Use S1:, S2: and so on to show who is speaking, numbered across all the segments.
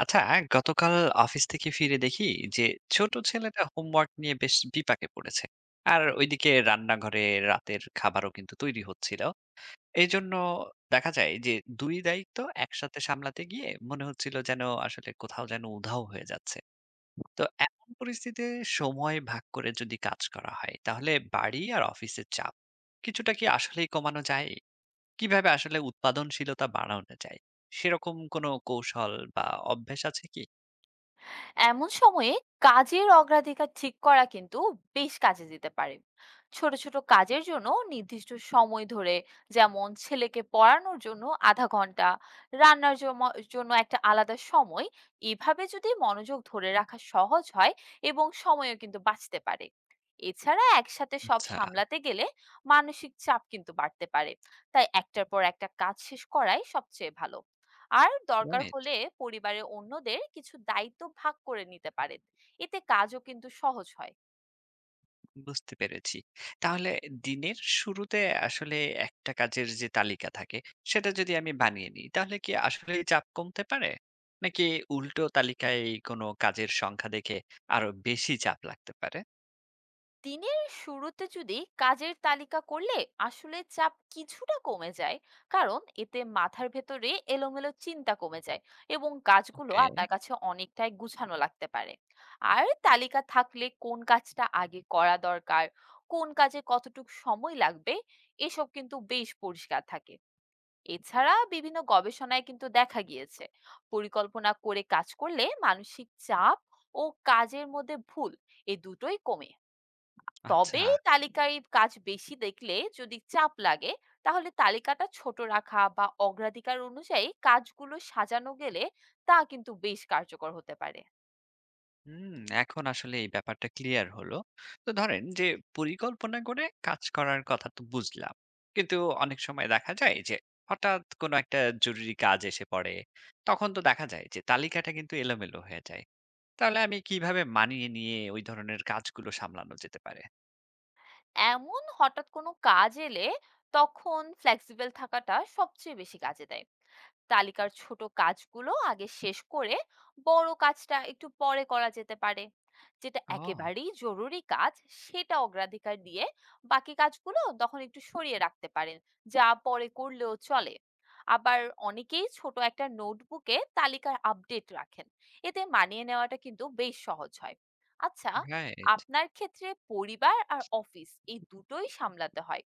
S1: আচ্ছা, গতকাল অফিস থেকে ফিরে দেখি যে ছোট ছেলেটা হোমওয়ার্ক নিয়ে বেশ বিপাকে পড়েছে, আর ওইদিকে রান্নাঘরে রাতের খাবারও কিন্তু তৈরি হচ্ছিল। এই জন্য দেখা যায় যে দুই দায়িত্ব একসাথে সামলাতে গিয়ে মনে হচ্ছিল যেন আসলে কোথাও যেন উধাও হয়ে যাচ্ছে। তো এমন পরিস্থিতিতে সময় ভাগ করে যদি কাজ করা হয় তাহলে বাড়ি আর অফিসের চাপ কিছুটা কি আসলেই কমানো যায়? কিভাবে আসলে উৎপাদনশীলতা বাড়ানো যায়? সেরকম কোনো কৌশল বা অভ্যেস আছে কি?
S2: এমন সময়ে কাজের অগ্রাধিকার ঠিক করা কিন্তু বেশ কাজে দিতে পারে। ছোট ছোট কাজের জন্য নির্দিষ্ট সময় ধরে, যেমন ছেলেকে পড়ানোর জন্য আধা ঘন্টা, জন্য একটা আলাদা সময়। এভাবে যদি মনোযোগ ধরে রাখা সহজ হয় এবং সময়ও কিন্তু বাঁচতে পারে। এছাড়া একসাথে সব
S1: আচ্ছা,
S2: সামলাতে গেলে মানসিক চাপ কিন্তু বাড়তে পারে, তাই একটার পর একটা কাজ শেষ করাই সবচেয়ে ভালো। আর দরকার
S1: রাইট।
S2: হলে পরিবারের অন্যদের কিছু দায়িত্ব ভাগ করে নিতে পারেন, এতে কাজও কিন্তু সহজ হয়।
S1: বুঝতে পেরেছি। তাহলে দিনের শুরুতে আসলে একটা কাজের যে তালিকা থাকে, সেটা যদি আমি বানিয়ে নিই, তাহলে কি আসলেই চাপ কমতে পারে? নাকি উল্টো তালিকায় কোনো কাজের সংখ্যা দেখে আরো বেশি চাপ লাগতে পারে?
S2: দিনের শুরুতে যদি কাজের তালিকা করলে আসলে চাপ কিছুটা কমে যায়, কারণ এতে মাথার ভেতরে এলোমেলো চিন্তা কমে যায় এবং কাজগুলো
S1: ওকে,
S2: আপনার কাছে অনেকটাই গুছানো লাগতে পারে। আর তালিকা থাকলে কোন কাজটা আগে করা দরকার, কোন কাজে কতটুকু সময় লাগবে এসব কিন্তু বেশ পরিষ্কার থাকে। এছাড়া বিভিন্ন গবেষণায় কিন্তু দেখা গিয়েছে পরিকল্পনা করে কাজ করলে মানসিক চাপ ও কাজের মধ্যে ভুল এই দুটোই কমে। তবে
S1: আচ্ছা।
S2: তালিকায় কাজ বেশি দেখলে যদি চাপ লাগে, তাহলে তালিকাটা ছোট রাখা বা অগ্রাধিকার অনুযায়ী কাজগুলো সাজানো গেলে তা কিন্তু বেশ কার্যকর হতে পারে।
S1: হুম, এখন আসলে এই ব্যাপারটা ক্লিয়ার হলো। তো ধরেন যে পরিকল্পনা করে কাজ করার কথা তো বুঝলাম। কিন্তু অনেক সময় দেখা যায় যে হঠাৎ কোনো একটা জরুরি কাজ এসে পড়ে। তখন তো দেখা যায় যে তালিকাটা কিন্তু এলোমেলো হয়ে যায়। তাহলে আমি কিভাবে মানিয়ে নিয়ে ওই ধরনের কাজগুলো সামলানো যেতে পারে?
S2: এমন হঠাৎ কোনো কাজ এলে তখন ফ্লেক্সিবল থাকাটা সবচেয়ে বেশি কাজে দেয়। তালিকার ছোট কাজগুলো আগে শেষ করে বড় কাজটা একটু পরে করা যেতে পারে। যেটা
S1: ওহ!
S2: একেবারেই জরুরি কাজ সেটা অগ্রাধিকার দিয়ে বাকি কাজগুলো তখন একটু সরিয়ে রাখতে পারেন, যা পরে করলেও চলে। আবার অনেকেই ছোট একটা নোটবুকে তালিকার আপডেট রাখেন, এতে মানিয়ে নেওয়াটা কিন্তু বেশ সহজ হয়। আচ্ছা,
S1: রাইট।
S2: আপনার ক্ষেত্রে পরিবার আর অফিস এই দুটোই সামলাতে হয়,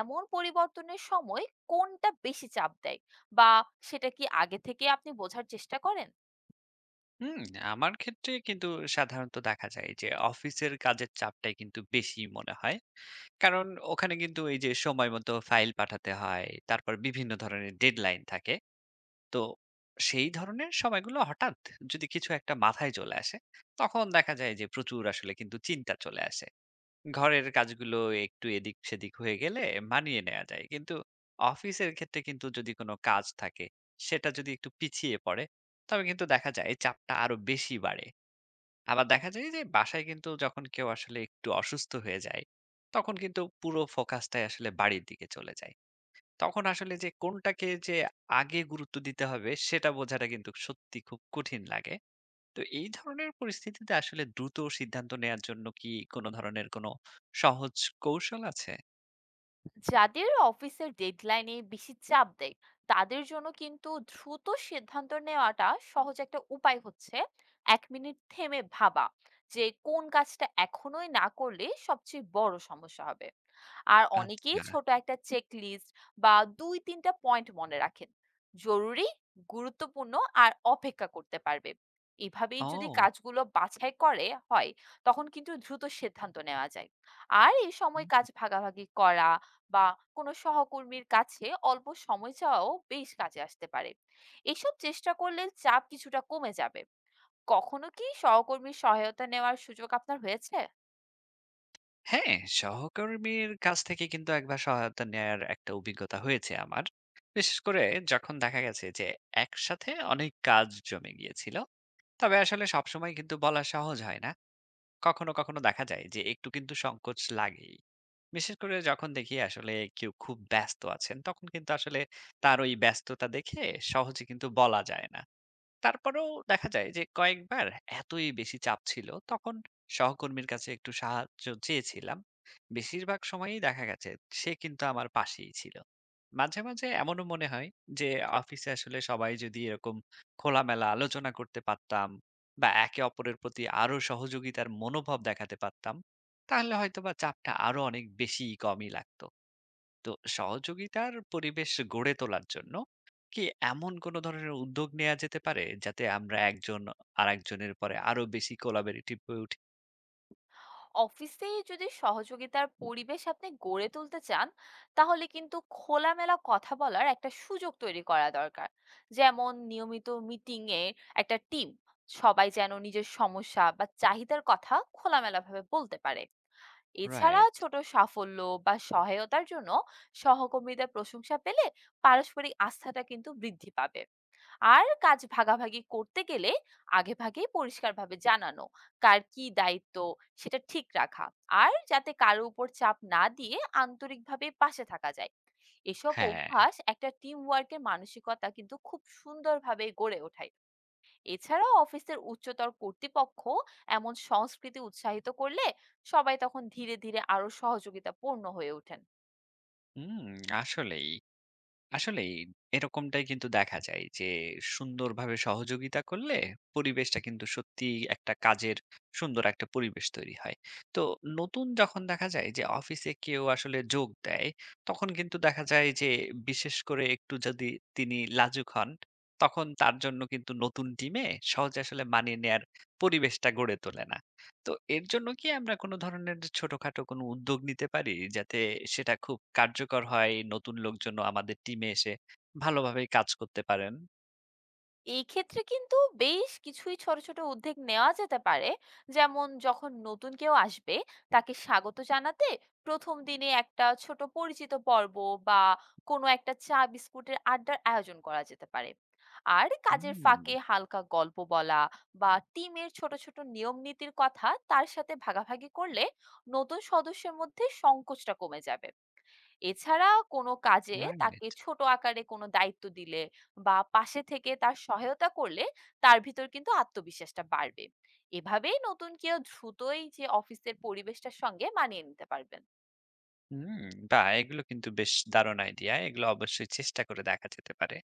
S2: এমন পরিবর্তনের সময় কোনটা বেশি চাপ দেয়, বা সেটা কি আগে থেকে আপনি বোঝার চেষ্টা করেন?
S1: হুম, আমার ক্ষেত্রে কিন্তু সাধারণত দেখা যায় যে অফিসের কাজের চাপটাই কিন্তু বেশি মনে হয়। কারণ ওখানে কিন্তু এই যে সময় মতো ফাইল পাঠাতে হয়, তারপর বিভিন্ন ধরনের ডেডলাইন থাকে। তো সেই ধরনের সময়গুলো হঠাৎ যদি কিছু একটা মাথায় চলে আসে, তখন দেখা যায় যে প্রচুর আসলে কিন্তু চিন্তা চলে আসে। ঘরের কাজগুলো একটু এদিক সেদিক হয়ে গেলে মানিয়ে নেওয়া যায়, কিন্তু অফিসের ক্ষেত্রে কিন্তু যদি কোনো কাজ থাকে সেটা যদি একটু পিছিয়ে পড়ে তবে কিন্তু দেখা যায় চাপটা আরো বেশি বাড়ে। আবার দেখা যায় যে বাসায় কিন্তু যখন কেউ আসলে একটু অসুস্থ হয়ে যায় তখন কিন্তু পুরো ফোকাসটাই আসলে বাড়ির দিকে চলে যায়। তখন আসলে যে কোনটাকে যে আগে গুরুত্ব দিতে হবে সেটা বোঝাটা কিন্তু সত্যি খুব কঠিন লাগে। তো এই ধরনের পরিস্থিতিতে আসলে দ্রুত সিদ্ধান্ত নেয়ার জন্য কি কোনো ধরনের কোনো সহজ কৌশল আছে?
S2: যাদের অফিসের ডেডলাইনে বেশি চাপ দেয়, তাদের জন্য কিন্তু দ্রুত সিদ্ধান্ত নেওয়াটা সহজ একটা উপায় হচ্ছে 1 মিনিট থেমে ভাবা, যে কোন কাজটা এখনোই না করলে সবচেয়ে বড় সমস্যা হবে। আর অনেকেই
S1: আচ্ছা।
S2: ছোট একটা চেক লিস্ট বা দুই তিনটা পয়েন্ট মনে রাখেন জরুরি গুরুত্বপূর্ণ, আর অপেক্ষা করতে পারবে। এভাবেই যদি
S1: ও!
S2: কাজগুলো বাছাই করে হয় তখন কিন্তু দ্রুত সিদ্ধান্ত নেওয়া যায়। আর এই সময়
S1: হুম।
S2: কাজ ভাগাভাগি করা বা কোনো সহকর্মীর কাছে অল্প সময় চাওয়াও বেশ কাজে আসতে পারে। এসব চেষ্টা করলে চাপ কিছুটা কমে যাবে। কখনো কি সহকর্মীর সহায়তা নেওয়ার সুযোগ আপনার হয়েছে?
S1: হ্যাঁ, সহকর্মীর কাছ থেকে কিন্তু একবার সহায়তা নেয়ার একটা অভিজ্ঞতা হয়েছে আমার। বিশেষ করে যখন দেখা গেছে যে একসাথে অনেক কাজ জমে গিয়েছিল। তবে আসলে সবসময় কিন্তু বলা সহজ হয় না। কখনো দেখা যায় যে একটু কিন্তু সংকোচ লাগেই। বিশেষ করে যখন দেখি আসলে কেউ খুব ব্যস্ত আছেন, তখন কিন্তু আসলে তার ওই ব্যস্ততা দেখে সহজে কিন্তু বলা যায় না। তারপরেও দেখা যায় যে কয়েকবার এতই বেশি চাপ ছিল তখন সহকর্মীর কাছে একটু সাহায্য চেয়েছিলাম। বেশিরভাগ সময়ই দেখা গেছে সে কিন্তু আমার পাশেই ছিল। মাঝে মাঝে এমনও মনে হয় যে অফিসে আসলে সবাই যদি এরকম খোলামেলা আলোচনা করতে পারতাম, বা একে অপরের প্রতি আরো সহযোগিতার মনোভাব দেখাতে পারতাম, তাহলে হয়তো বা চাপটা আরো অনেক বেশি কমই লাগতো। তো সহযোগিতার পরিবেশ গড়ে তোলার জন্য কি এমন কোনো ধরনের উদ্যোগ নেওয়া যেতে পারে যাতে আমরা একজন আরেকজনের পরে আরো বেশি কোলাবরেটিভ হয়ে উঠি?
S2: অফিসে যদি সহযোগিতার পরিবেশ আপনি গড়ে তুলতে চান, তাহলে কিন্তু খোলামেলা কথা বলার একটা সুযোগ তৈরি করা দরকার। যেমন নিয়মিত মিটিং এ একটা টিম, সবাই যেন নিজের সমস্যা বা চাহিদার কথা খোলামেলাভাবে বলতে পারে। এছাড়া
S1: রাইট।
S2: ছোট সাফল্য বা সহায়তার জন্য সহকর্মীদের প্রশংসা পেলে পারস্পরিক আস্থাটা কিন্তু বৃদ্ধি পাবে। আর কাজ ভাগাভাগি করতে গেলে আগে ভাগেই পরিষ্কারভাবে জানানো কার কি দায়িত্ব, সেটা ঠিক রাখা, আর যাতে কারো উপর চাপ না দিয়ে আন্তরিকভাবে পাশে থাকা যায় এসব
S1: হ্যাঁ।
S2: অভ্যাস একটা টিম ওয়ার্কের মানসিকতা কিন্তু খুব সুন্দরভাবে গড়ে ওঠায়। এছাড়াও অফিসের উচ্চতর কর্তৃপক্ষ এমন সংস্কৃতি উৎসাহিত করলে সবাই তখন ধীরে ধীরে আরো সহযোগিতাপূর্ণ হয়ে ওঠেন।
S1: হুম, আসলেই। আসলেই এরকমটাই কিন্তু দেখা যায় যে সুন্দরভাবে সহযোগিতা করলে পরিবেশটা কিন্তু সত্যি একটা কাজের সুন্দর একটা পরিবেশ তৈরি হয়। তো নতুন যখন দেখা যায় যে অফিসে কেউ আসলে যোগ দেয়, তখন কিন্তু দেখা যায় যে বিশেষ করে একটু যদি তিনি লাজুক হন, তখন তার জন্য কিন্তু নতুন টিমে সহজে আসলে মানিয়ে নেয়ার পরিবেশটা গড়ে তোলে না। তো এর জন্য কি আমরা কোন ধরনের ছোটখাটো কোন উদ্যোগ নিতে পারি? যাতে সেটা খুব কার্যকর হয়, নতুন লোকজনও আমাদের টিমে এসে ভালোভাবে কাজ করতে পারেন।
S2: এই ক্ষেত্রে কিন্তু বেশ কিছুই ছোট ছোট উদ্যোগ নেওয়া যেতে পারে। যেমন যখন নতুন কেউ আসবে, তাকে স্বাগত জানাতে প্রথম দিনে একটা ছোট পরিচিত পর্ব বা কোনো একটা চা বিস্কুটের আড্ডার আয়োজন করা যেতে পারে। আর কাজের
S1: হুম,
S2: ফাঁকে হালকা গল্প বলা বা টিমের ছোট ছোট নিয়ম নীতির কথা তার সাথে ভাগাভাগি করলে নতুন সদস্যের মধ্যে সংকোচটা কমে যাবে। এছাড়া কোনো কাজে তাকে
S1: রাইট।
S2: ছোট আকারে কোনো দায়িত্ব দিলে বা পাশে থেকে তার সহায়তা করলে তার ভিতর কিন্তু আত্মবিশ্বাসটা বাড়বে। এভাবেই নতুন কেউ দ্রুতই যে অফিসের পরিবেশটার সঙ্গে মানিয়ে নিতে পারবেন।
S1: হুম, বাহ! এগুলো কিন্তু বেশ দারুণ আইডিয়া। এগুলো অবশ্যই চেষ্টা করে দেখা যেতে পারে।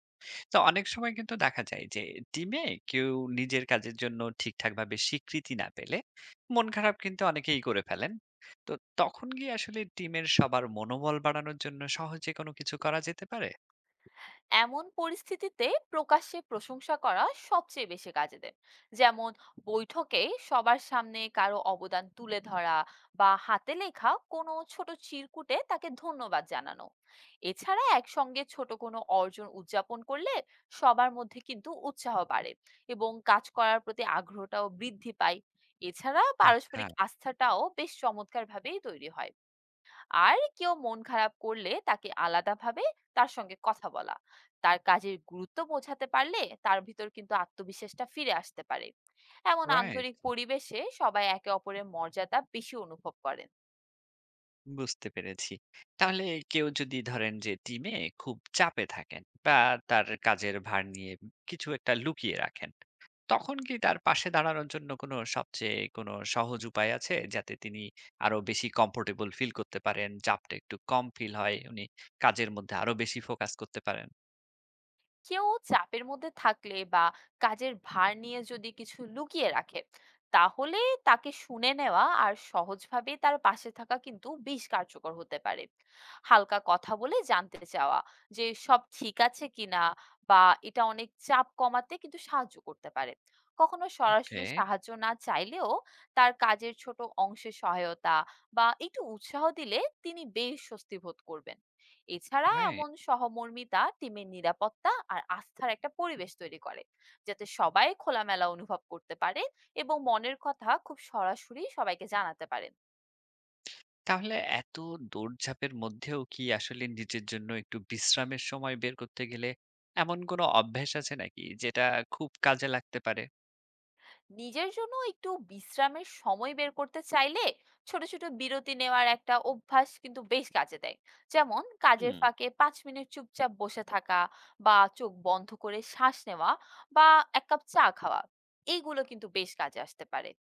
S1: তো অনেক সময় কিন্তু দেখা যায় যে টিমে কেউ নিজের কাজের জন্য ঠিকঠাকভাবে স্বীকৃতি না পেলে মন খারাপ কিন্তু অনেকেই করে ফেলেন। তো তখন কি আসলে টিমের সবার মনোবল বাড়ানোর জন্য সহজে কোনো কিছু করা যেতে পারে?
S2: এমন পরিস্থিতিতে প্রকাশ্যে প্রশংসা করা সবচেয়ে বেশি কাজে দেয়। যেমন বৈঠকে সবার সামনে কারো অবদান তুলে ধরা বা হাতে লেখা কোনো ছোট চিরকুটে তাকে ধন্যবাদ জানানো। এছাড়া একসঙ্গে ছোট কোনো অর্জন উদযাপন করলে সবার মধ্যে কিন্তু উৎসাহ বাড়ে এবং কাজ করার প্রতি আগ্রহটাও বৃদ্ধি পায়। এছাড়া
S1: আচ্ছা,
S2: পারস্পরিক আস্থাটাও বেশ চমৎকারভাবেই তৈরি হয়। আর কেউ মন খারাপ করলে তাকে আলাদাভাবে তার সঙ্গে কথা বলা, তার কাজের গুরুত্ব বোঝাতে পারলে তার ভিতর কিন্তু আত্মবিশ্বাসটা ফিরে আসতে পারে। এমন
S1: রাইট।
S2: আন্তরিক পরিবেশে সবাই একে অপরের মর্যাদা বেশি অনুভব করে।
S1: বুঝতে পেরেছি। তাহলে কেউ যদি ধরেন যে টিমে খুব চাপে থাকেন বা তার কাজের ভার নিয়ে কিছু একটা লুকিয়ে রাখেন, তখন কি তার পাশে দাঁড়ানোর জন্য কোনো সবচেয়ে কোনো সহজ উপায় আছে? যাতে তিনি আরো বেশি কমফোর্টেবল ফিল করতে পারেন, চাপটা একটু কম ফিল হয়, উনি কাজের মধ্যে আরো বেশি ফোকাস করতে পারেন?
S2: কেউ চাপের মধ্যে থাকলে বা কাজের ভার নিয়ে যদি কিছু লুকিয়ে রাখে, তাহলে তাকে শুনে নেওয়া আর সহজভাবে তার পাশে থাকা কিন্তু বেশ কার্যকর হতে পারে। হালকা কথা বলে জানতে চাওয়া যে সব ঠিক আছে কিনা, বা এটা অনেক চাপ কমাতে কিন্তু সাহায্য করতে পারে। কখনো
S1: ওকে,
S2: সরাসরি সাহায্য না চাইলেও তার কাজের ছোট অংশে সহায়তা বা একটু উৎসাহ দিলে তিনি বেশ স্বস্তি বোধ করবেন। এছাড়া
S1: রাইট।
S2: এমন সহমর্মিতা টিমের নিরাপত্তা আর আস্থার একটা পরিবেশ তৈরি করে, যাতে সবাই খোলামেলা অনুভব করতে পারে এবং মনের কথা খুব সরাসরি সবাইকে জানাতে পারেন।
S1: তাহলে এত দৌড়ঝাঁপের মধ্যেও কি আসলে নিজের জন্য একটু বিশ্রামের সময় বের করতে গেলে এমন কোনো অভ্যাস আছে নাকি যেটা খুব কাজে লাগতে পারে?
S2: নিজের জন্য একটু বিশ্রামের সময় বের করতে চাইলে ছোট ছোট বিরতি নেওয়ার একটা অভ্যাস কিন্তু বেশ কাজে দেয়। যেমন কাজের
S1: হুম,
S2: ফাঁকে 5 মিনিট চুপচাপ বসে থাকা, বা চোখ বন্ধ করে শ্বাস নেওয়া, বা এক কাপ চা খাওয়া এইগুলো কিন্তু বেশ কাজে আসতে পারে।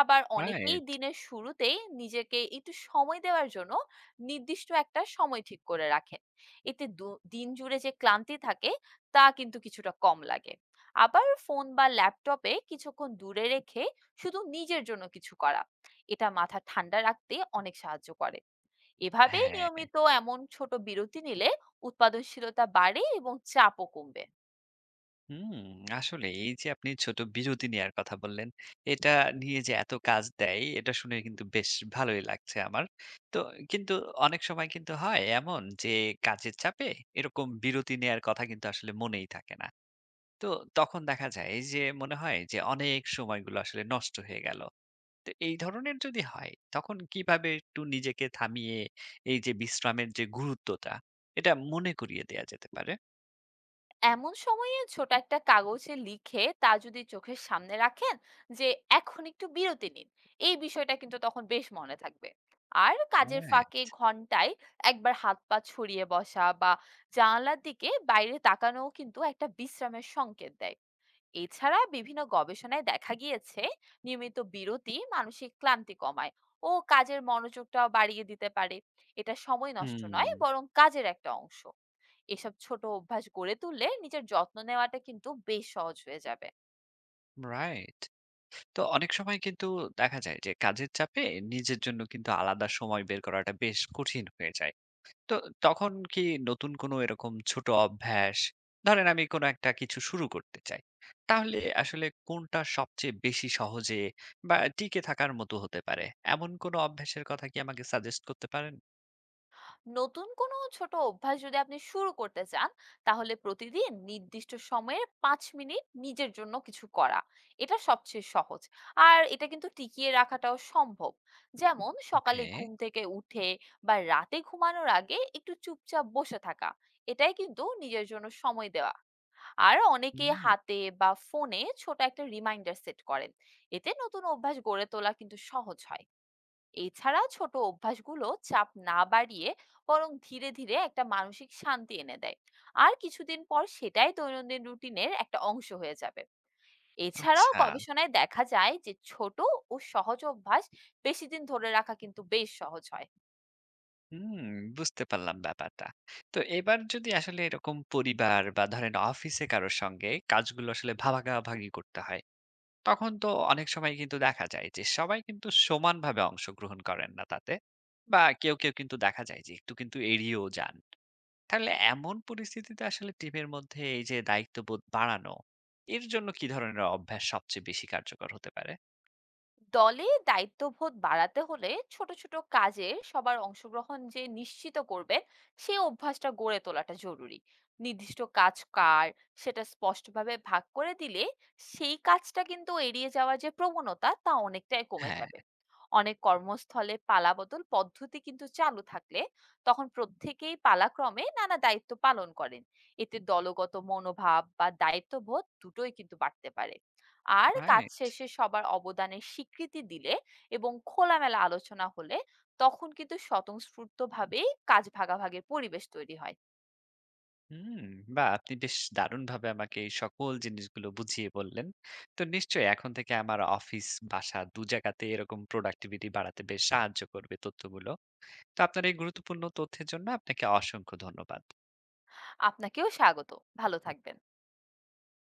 S2: আবার অনেকেই
S1: রাইট।
S2: দিনের শুরুতেই নিজেকে একটু সময় দেওয়ার জন্য নির্দিষ্ট একটা সময় ঠিক করে রাখেন। এতে দিন জুড়ে যে ক্লান্তি থাকে তা কিন্তু কিছুটা কম লাগে। আবার ফোন বা ল্যাপটপে কিছুক্ষণ দূরে রেখে শুধু নিজের জন্য কিছু করা, এটা মাথা ঠান্ডা রাখতে অনেক সাহায্য করে। এভাবে
S1: হ্যাঁ,
S2: নিয়মিত এমন ছোট বিরতি নিলে উৎপাদনশীলতা বাড়ে এবং চাপও কমবে।
S1: হুম, আসলে এই যে আপনি ছোট বিরতি নেয়ার কথা বললেন, এটা নিয়ে যে এত কাজ দেয় এটা শুনে কিন্তু বেশ ভালোই লাগছে আমার। তো কিন্তু অনেক সময় কিন্তু হয় এমন যে কাজের চাপে এরকম বিরতি নেয়ার কথা কিন্তু আসলে মনেই থাকে না। তো তখন দেখা যায় যে মনে হয় যে অনেক সময়গুলো আসলে নষ্ট হয়ে গেল। তো এই ধরনের যদি হয় তখন কিভাবে একটু নিজেকে থামিয়ে এই যে বিশ্রামের যে গুরুত্বটা এটা মনে করিয়ে দেয়া যেতে পারে?
S2: এমন সময়ে ছোট একটা কাগজে লিখে তা যদি চোখের সামনে রাখেন যে এখন একটু বিরতি নিন, এই বিষয়টা কিন্তু তখন বেশ মনে থাকবে। আর কাজের ফাঁকে
S1: রাইট।
S2: ঘন্টায় একবার হাত পা ছড়িয়ে বসা বা জানালার দিকে বাইরে তাকানোও কিন্তু একটা বিশ্রামের সংকেত দেয়। এছাড়া বিভিন্ন গবেষণায় দেখা গিয়েছে নিয়মিত বিরতি মানসিক ক্লান্তি কমায় ও কাজের মনোযোগটাও বাড়িয়ে দিতে পারে। এটা সময় নষ্ট নয়,
S1: হুম,
S2: বরং কাজের একটা অংশ। এসব ছোট অভ্যাস গড়ে তুললে নিজের যত্ন নেওয়াটা কিন্তু বেশ সহজ হয়ে যাবে।
S1: রাইট। তো অনেক সময় কিন্তু দেখা যায় যে কাজের চাপে নিজের জন্য কিন্তু আলাদা সময় বের করাটা বেশ কঠিন হয়ে যায়। তো তখন কি নতুন কোনো এরকম ছোট অভ্যাস, ধরেন আমি কোনো একটা কিছু শুরু করতে চাই। তাহলে আসলে কোনটা সবচেয়ে বেশি সহজে বা টিকে থাকার মতো হতে পারে? এমন কোনো অভ্যাসের কথা কি আমাকে সাজেস্ট করতে পারেন?
S2: নতুন কোনো ছোট অভ্যাস যদি আপনি শুরু করতে চান, তাহলে প্রতিদিন নির্দিষ্ট সময়ে 5 মিনিট নিজের জন্য কিছু করা এটা সবচেয়ে সহজ, আর এটা কিন্তু টিকিয়ে রাখাটাও সম্ভব। যেমন সকালে
S1: ওকে।
S2: ঘুম থেকে উঠে বা রাতে ঘুমানোর আগে একটু চুপচাপ বসে থাকা, এটাই কিন্তু নিজের জন্য সময় দেওয়া। আর অনেকে
S1: হুম,
S2: হাতে বা ফোনে ছোট একটা রিমাইন্ডার সেট করেন, এতে নতুন অভ্যাস গড়ে তোলা কিন্তু সহজ হয়। এছাড়া ছোট অভ্যাসগুলো চাপ না বাড়িয়ে বরং ধীরে ধীরে একটা মানসিক শান্তি এনে দেয়। আর কিছুদিন পর সেটাই দৈনন্দিন রুটিনের একটা অংশ হয়ে যাবে। এছাড়াও
S1: আচ্ছা।
S2: গবেষণায় দেখা যায় যে ছোট ও সহজ অভ্যাস বেশি দিন ধরে রাখা কিন্তু বেশ সহজ হয়।
S1: হুম, বুঝতে পারলাম ব্যাপারটা। তো এবার যদি আসলে এরকম পরিবার বা ধরেন অফিসে কারো সঙ্গে কাজগুলো আসলে ভাগাভাগি করতে হয়, তখন তো অনেক সময় কিন্তু দেখা যায় যে সবাই কিন্তু সমানভাবে অংশগ্রহণ করেন না তাতে, বা কেউ কেউ কিন্তু দেখা যায় যে একটু কিন্তু এড়িয়েও যান। তাহলে এমন পরিস্থিতিতে আসলে টিমের মধ্যে এই যে দায়িত্ববোধ বাড়ানো, এর জন্য কি ধরনের অভ্যাস সবচেয়ে বেশি কার্যকর হতে পারে?
S2: দলে দায়িত্ববোধ বাড়াতে হলে ছোট ছোট কাজে সবার অংশগ্রহণ যে নিশ্চিত করবে, সেই অভ্যাসটা গড়ে তোলাটা জরুরি। নির্দিষ্ট কাজ কার, সেটা স্পষ্টভাবে ভাগ করে দিলে সেই কাজটা কিন্তু এড়িয়ে যাওয়ার যে প্রবণতা তা অনেকটাই কমে
S1: হ্যাঁ।
S2: যাবে। অনেক কর্মস্থলে পালাবদল পদ্ধতি কিন্তু চালু থাকলে তখন প্রত্যেকেই পালাক্রমে নানা দায়িত্ব পালন করেন। এতে দলগত মনোভাব বা দায়িত্ববোধ দুটোই কিন্তু বাড়তে পারে। আর কাজ
S1: রাইট।
S2: শেষে সবার অবদানের স্বীকৃতি দিলে এবং খোলামেলা আলোচনা হলে তখন কিন্তু স্বতঃস্ফূর্তভাবেই কাজ ভাগাভাগির পরিবেশ তৈরি হয়।
S1: হুম। বা আপনি বেশ দারুণ ভাবে আমাকে এই সকল জিনিসগুলো বুঝিয়ে বললেন। তো নিশ্চয়ই এখন থেকে আমার অফিস, বাসা দু জায়গাতে এরকম প্রোডাক্টিভিটি বাড়াতে বেশ সাহায্য করবে তথ্যগুলো। তো আপনার এই গুরুত্বপূর্ণ তথ্যের জন্য আপনাকে অসংখ্য ধন্যবাদ।
S2: আপনাকেও স্বাগত। ভালো থাকবেন।